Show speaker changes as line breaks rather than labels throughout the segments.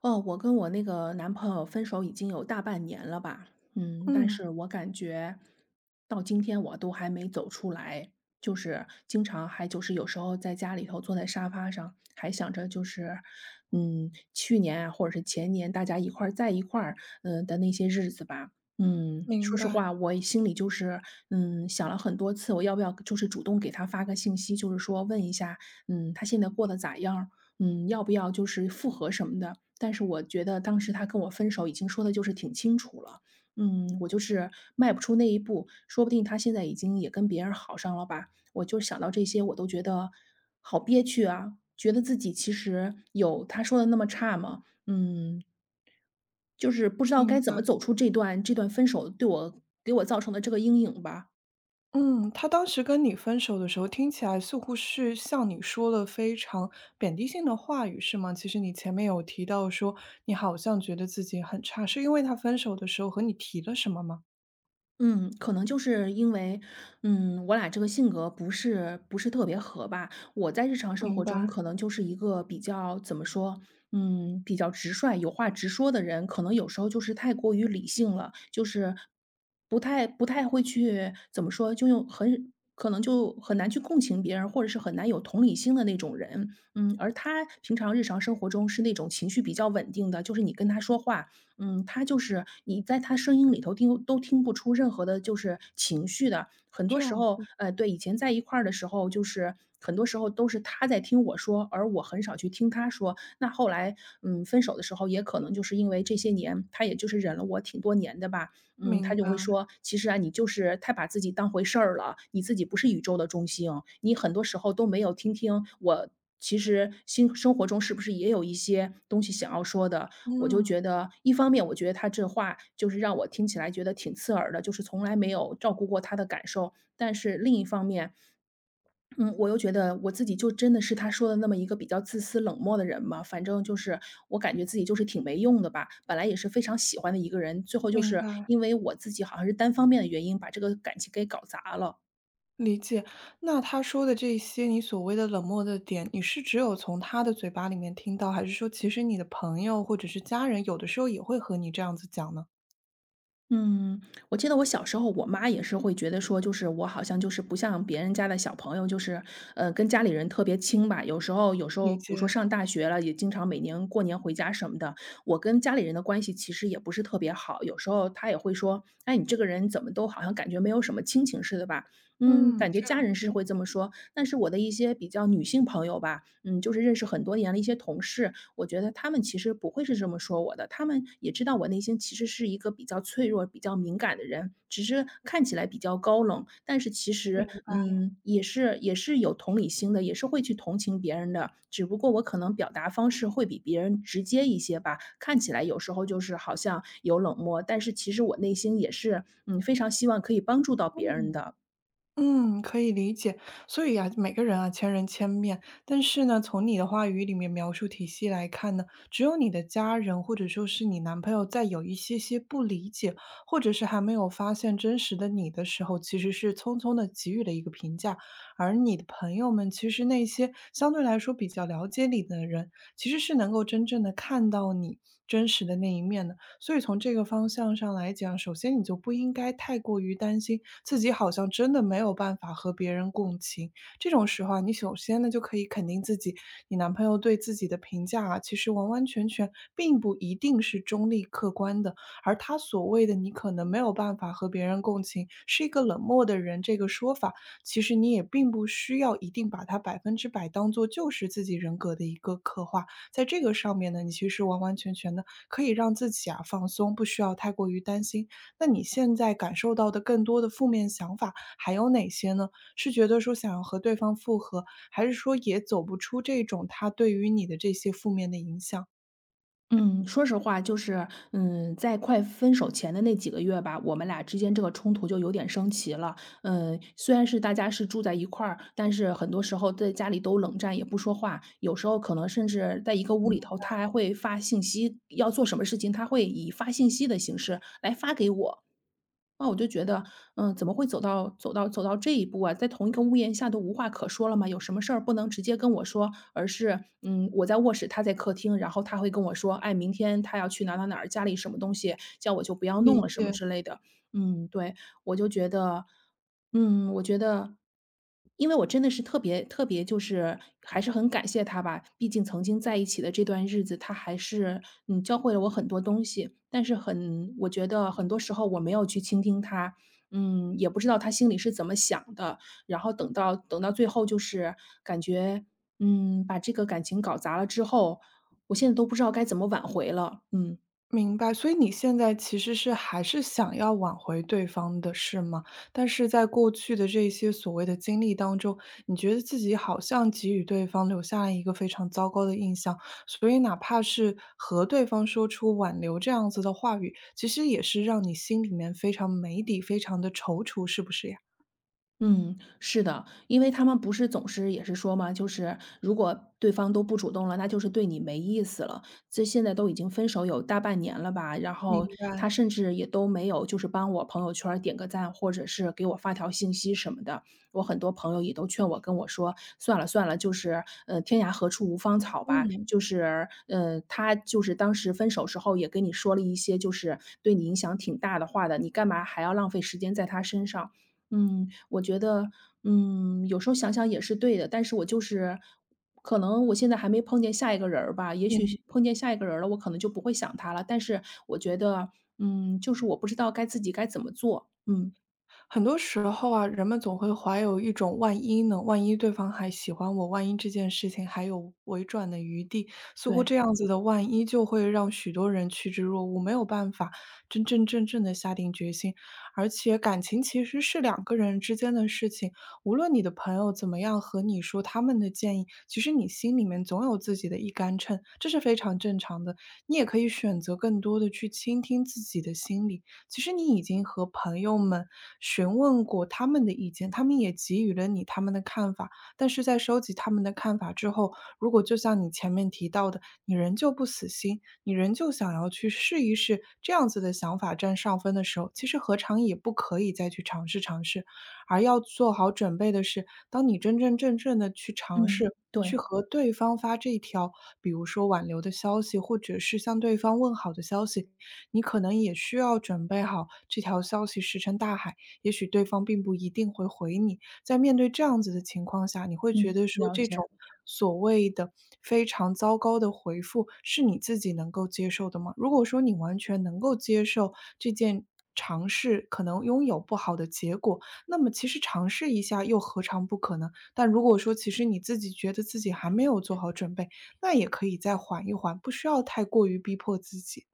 哦，我跟我那个男朋友分手已经有大半年了吧，但
嗯，
是我感觉到今天我都还没走出来，就是经常还就是有时候在家里头坐在沙发上，还想着就是，去年啊或者是前年大家一块儿在一块儿，的那些日子吧。嗯，说
明
实
白
话，我心里就是，想了很多次，我要不要就是主动给他发个信息，就是说问一下，嗯，他现在过得咋样儿嗯，要不要就是复合什么的？但是我觉得当时他跟我分手已经说的就是挺清楚了，嗯，我就是迈不出那一步，说不定他现在已经也跟别人好上了吧。我就想到这些，我都觉得好憋屈啊，觉得自己其实有他说的那么差吗？嗯，就是不知道该
明
怎么
白。
走出这段分手对我给我造成的这个阴影吧。
嗯，他当时跟你分手的时候，听起来似乎是向你说了非常贬低性的话语，是吗？其实你前面有提到说，你好像觉得自己很差，是因为他分手的时候和你提了什么吗？
嗯，可能就是因为，嗯，我俩这个性格不是特别合吧。我在日常生活
明
中
白，
可能就是一个比较怎么说，嗯，比较直率、有话直说的人，可能有时候就是太过于理性了，就是不太会去怎么说，就用很可能就很难去共情别人，或者是很难有同理心的那种人。嗯，而他平常日常生活中是那种情绪比较稳定的，就是你跟他说话，嗯，他就是你在他声音里头听都听不出任何的就是情绪的。很多
这
时
样
候，
子，
对，以前在一块儿的时候，就是很多时候都是他在听我说，而我很少去听他说。那后来，嗯，分手的时候，也可能就是因为这些年，他也就是忍了我挺多年的吧。嗯，他
明
就
白，
会说，其实啊，你就是太把自己当回事儿了，你自己不是宇宙的中心，你很多时候都没有听我。其实，心生活中是不是也有一些东西想要说的？我就
嗯，
觉得一方面我觉得他这话就是让我听起来觉得挺刺耳的，就是从来没有照顾过他的感受。但是另一方面，嗯，我又觉得我自己就真的是他说的那么一个比较自私冷漠的人嘛，反正就是我感觉自己就是挺没用的吧。本来也是非常喜欢的一个人，最后就
明
是
白，
因为我自己好像是单方面的原因把这个感情给搞砸了。
理解。那他说的这些你所谓的冷漠的点，你是只有从他的嘴巴里面听到，还是说其实你的朋友或者是家人有的时候也会和你这样子讲呢？
嗯，我记得我小时候，我妈也是会觉得说，就是我好像就是不像别人家的小朋友，就是跟家里人特别亲吧。有时候，
理
比如
解。
说上大学了，也经常每年过年回家什么的，我跟家里人的关系其实也不是特别好。有时候她也会说，哎，你这个人怎么都好像感觉没有什么亲情似的吧？嗯，
嗯，
感觉
这
家
样，
人是会这么说，但是我的一些比较女性朋友吧，嗯，就是认识很多年的一些同事，我觉得他们其实不会是这么说我的，他们也知道我内心其实是一个比较脆弱、比较敏感的人，只是看起来比较高冷，但是其实，嗯，也是有同理心的，也是会去同情别人的。只不过我可能表达方式会比别人直接一些吧，看起来有时候就是好像有冷漠，但是其实我内心也是，嗯，非常希望可以帮助到别人
嗯。
的。
嗯，可以理解。所以啊，每个人啊，千人千面。但是呢，从你的话语里面描述体系来看呢，只有你的家人或者说是你男朋友在有一些些不理解，或者是还没有发现真实的你的时候，其实是匆匆的给予了一个评价。而你的朋友们，其实那些相对来说比较了解你的人，其实是能够真正的看到你真实的那一面的。所以从这个方向上来讲，首先你就不应该太过于担心自己好像真的没有办法和别人共情。这种时候啊，你首先呢就可以肯定自己，你男朋友对自己的评价啊，其实完完全全并不一定是中立客观的，而他所谓的你可能没有办法和别人共情，是一个冷漠的人这个说法，其实你也并不需要一定把它百分之百当做就是自己人格的一个刻画。在这个上面呢，你其实完完全全的可以让自己啊放松，不需要太过于担心。那你现在感受到的更多的负面想法还有哪些呢？是觉得说想要和对方复合，还是说也走不出这种他对于你的这些负面的影响？
嗯，说实话，就是，在快分手前的那几个月吧，我们俩之间这个冲突就有点升级了。嗯，虽然是大家是住在一块儿，但是很多时候在家里都冷战，也不说话。有时候可能甚至在一个屋里头，他还会发信息，要做什么事情，他会以发信息的形式来发给我。那我就觉得，嗯，怎么会走到这一步啊？在同一个屋檐下都无话可说了吗？有什么事儿不能直接跟我说，而是，嗯，我在卧室，他在客厅，然后他会跟我说，哎，明天他要去哪哪哪儿，家里什么东西，叫我就不要弄
理
了，什么
解。
之类的。嗯，对，我就觉得，嗯，我觉得，因为我真的是特别特别就是还是很感谢他吧，毕竟曾经在一起的这段日子，他还是，嗯，教会了我很多东西。但是很我觉得很多时候我没有去倾听他，嗯，也不知道他心里是怎么想的，然后等到最后就是感觉，嗯，把这个感情搞砸了之后，我现在都不知道该怎么挽回了，嗯。
明白，所以你现在其实是还是想要挽回对方的，是吗？但是在过去的这些所谓的经历当中，你觉得自己好像给予对方留下了一个非常糟糕的印象，所以哪怕是和对方说出挽留这样子的话语，其实也是让你心里面非常没底、非常的踌躇，是不是呀？
嗯，是的，因为他们不是总是也是说嘛，就是如果对方都不主动了，那就是对你没意思了。这现在都已经分手有大半年了吧，然后他甚至也都没有就是帮我朋友圈儿点个赞，或者是给我发条信息什么的。我很多朋友也都劝我跟我说，算了算了，就是天涯何处无芳草吧，
嗯。
就是他就是当时分手时候也跟你说了一些就是对你影响挺大的话的，你干嘛还要浪费时间在他身上？嗯，我觉得，嗯，有时候想想也是对的，但是我就是可能我现在还没碰见下一个人儿吧，也许碰见下一个人儿了，我可能就不会想他了。但是我觉得，嗯，就是我不知道自己该怎么做。嗯，
很多时候啊，人们总会怀有一种万一呢，万一对方还喜欢我，万一这件事情还有回转的余地，似乎
对，
这样子的万一就会让许多人趋之若鹜，没有办法真真正正的下定决心。而且感情其实是两个人之间的事情，无论你的朋友怎么样和你说他们的建议，其实你心里面总有自己的一杆秤，这是非常正常的。你也可以选择更多的去倾听自己的心理。其实你已经和朋友们询问过他们的意见，他们也给予了你他们的看法，但是在收集他们的看法之后，如果就像你前面提到的，你仍旧不死心，你仍旧想要去试一试这样子的想法占上风的时候，其实何尝也不可以再去尝试，而要做好准备的是，当你真真正正的去尝
嗯，
试。去
对，
和对方发这一条，比如说挽留的消息，或者是向对方问好的消息，你可能也需要准备好这条消息石沉大海，也许对方并不一定会回你。在面对这样子的情况下，你会觉
嗯，
得说
了
这
解。
种所谓的非常糟糕的回复是你自己能够接受的吗？如果说你完全能够接受这件尝试可能拥有不好的结果，那么其实尝试一下又何尝不可能？但如果说其实你自己觉得自己还没有做好准备，那也可以再缓一缓，不需要太过于逼迫自己。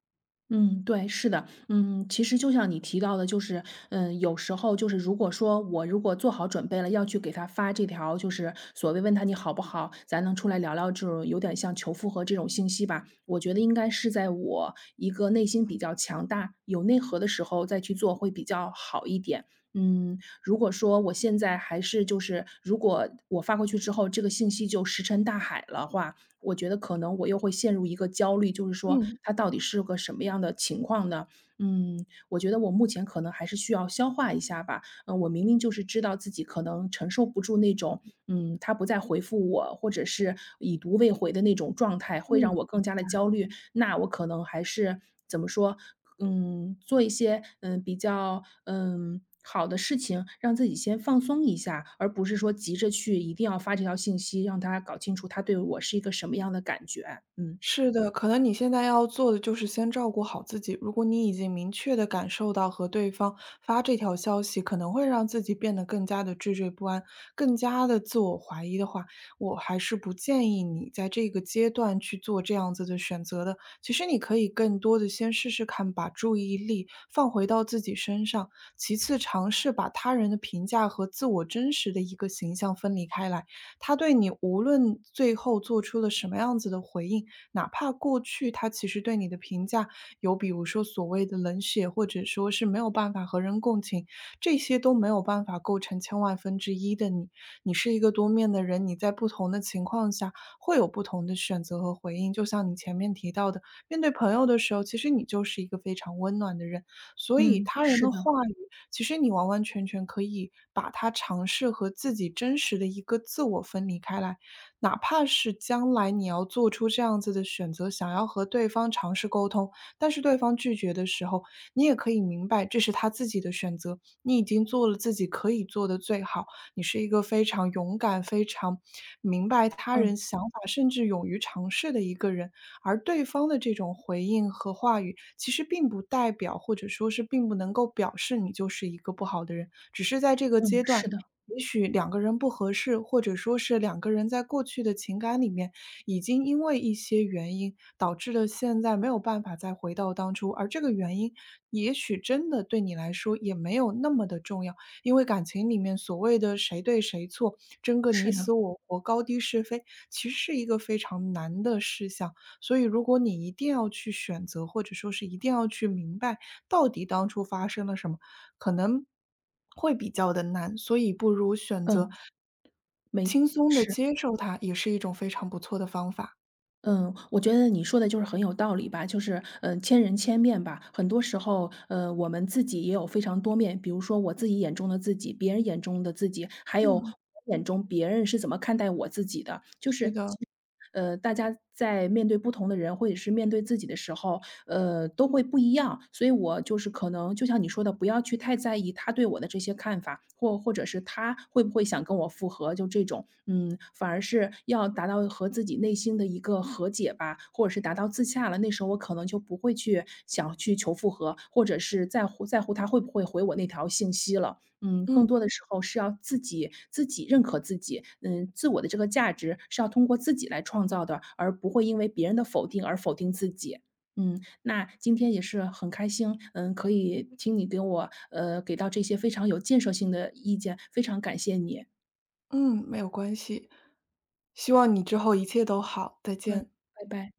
嗯，对，是的，嗯，其实就像你提到的，就是，嗯，有时候就是，如果说如果做好准备了，要去给他发这条，就是所谓问他你好不好，咱能出来聊聊这种有点像求复合这种信息吧。我觉得应该是在我一个内心比较强大、有内核的时候再去做会比较好一点。嗯，如果说我现在还是就是，如果我发过去之后，这个信息就石沉大海了话，我觉得可能我又会陷入一个焦虑，就是说
嗯。
它到底是个什么样的情况呢？嗯，我觉得我目前可能还是需要消化一下吧。嗯，我明明就是知道自己可能承受不住那种，嗯，他不再回复我，或者是已读未回的那种状态，会让
嗯，
我更加的焦虑。那我可能还是怎么说，嗯，做一些，嗯，比较，嗯，好的事情，让自己先放松一下，而不是说急着去一定要发这条信息，让他搞清楚他对我是一个什么样的感觉。嗯，
是的，可能你现在要做的就是先照顾好自己。如果你已经明确的感受到和对方发这条消息可能会让自己变得更加的惴惴不安，更加的自我怀疑的话，我还是不建议你在这个阶段去做这样子的选择的。其实你可以更多的先试试看，把注意力放回到自己身上，其次尝试把他人的评价和自我真实的一个形象分离开来。他对你无论最后做出了什么样子的回应。哪怕过去他其实对你的评价有比如说所谓的冷血，或者说是没有办法和人共情，这些都没有办法构成千万分之一的你。你是一个多面的人，你在不同的情况下会有不同的选择和回应。就像你前面提到的，面对朋友的时候，其实你就是一个非常温暖的人，所以
嗯，
他人
是
的
的，
话语，其实你完完全全可以把它尝试和自己真实的一个自我分离开来。哪怕是将来你要做出这样子的选择，想要和对方尝试沟通，但是对方拒绝的时候，你也可以明白这是他自己的选择，你已经做了自己可以做的最好，你是一个非常勇敢、非常明白他人
嗯，
想法，甚至勇于尝试的一个人。而对方的这种回应和话语，其实并不代表，或者说是并不能够表示你就是一个不好的人，只是在这个
嗯，
阶段，
是的，
也许两个人不合适，或者说是两个人在过去的情感里面，已经因为一些原因导致了现在没有办法再回到当初，而这个原因也许真的对你来说也没有那么的重要，因为感情里面所谓的谁对谁错，争个
是
你
的，
死我活、高低是非，其实是一个非常难的事项。所以如果你一定要去选择，或者说是一定要去明白到底当初发生了什么，可能会比较的难，所以不如选择
嗯，没
轻松的
是。
接受它，也是一种非常不错的方法。
嗯，我觉得你说的就是很有道理吧，就是，嗯，千人千面吧。很多时候，我们自己也有非常多面，比如说我自己眼中的自己，别人眼中的自己，还有我
嗯，
眼中别人是怎么看待我自己的。就是
是的，
其实，大家在面对不同的人，或者是面对自己的时候，都会不一样，所以我就是可能就像你说的，不要去太在意他对我的这些看法，或者是他会不会想跟我复合，就这种，嗯，反而是要达到和自己内心的一个和解吧，或者是达到自洽了。那时候我可能就不会去想去求复合，或者是在乎他会不会回我那条信息了。嗯，更
嗯
多的时候是要自己认可自己，嗯，自我的这个价值是要通过自己来创造的，而不会因为别人的否定而否定自己。嗯，那今天也是很开心，嗯，可以听你给我，给到这些非常有建设性的意见，非常感谢你。
嗯，没有关系。希望你之后一切都好，再
嗯，
见。
拜拜。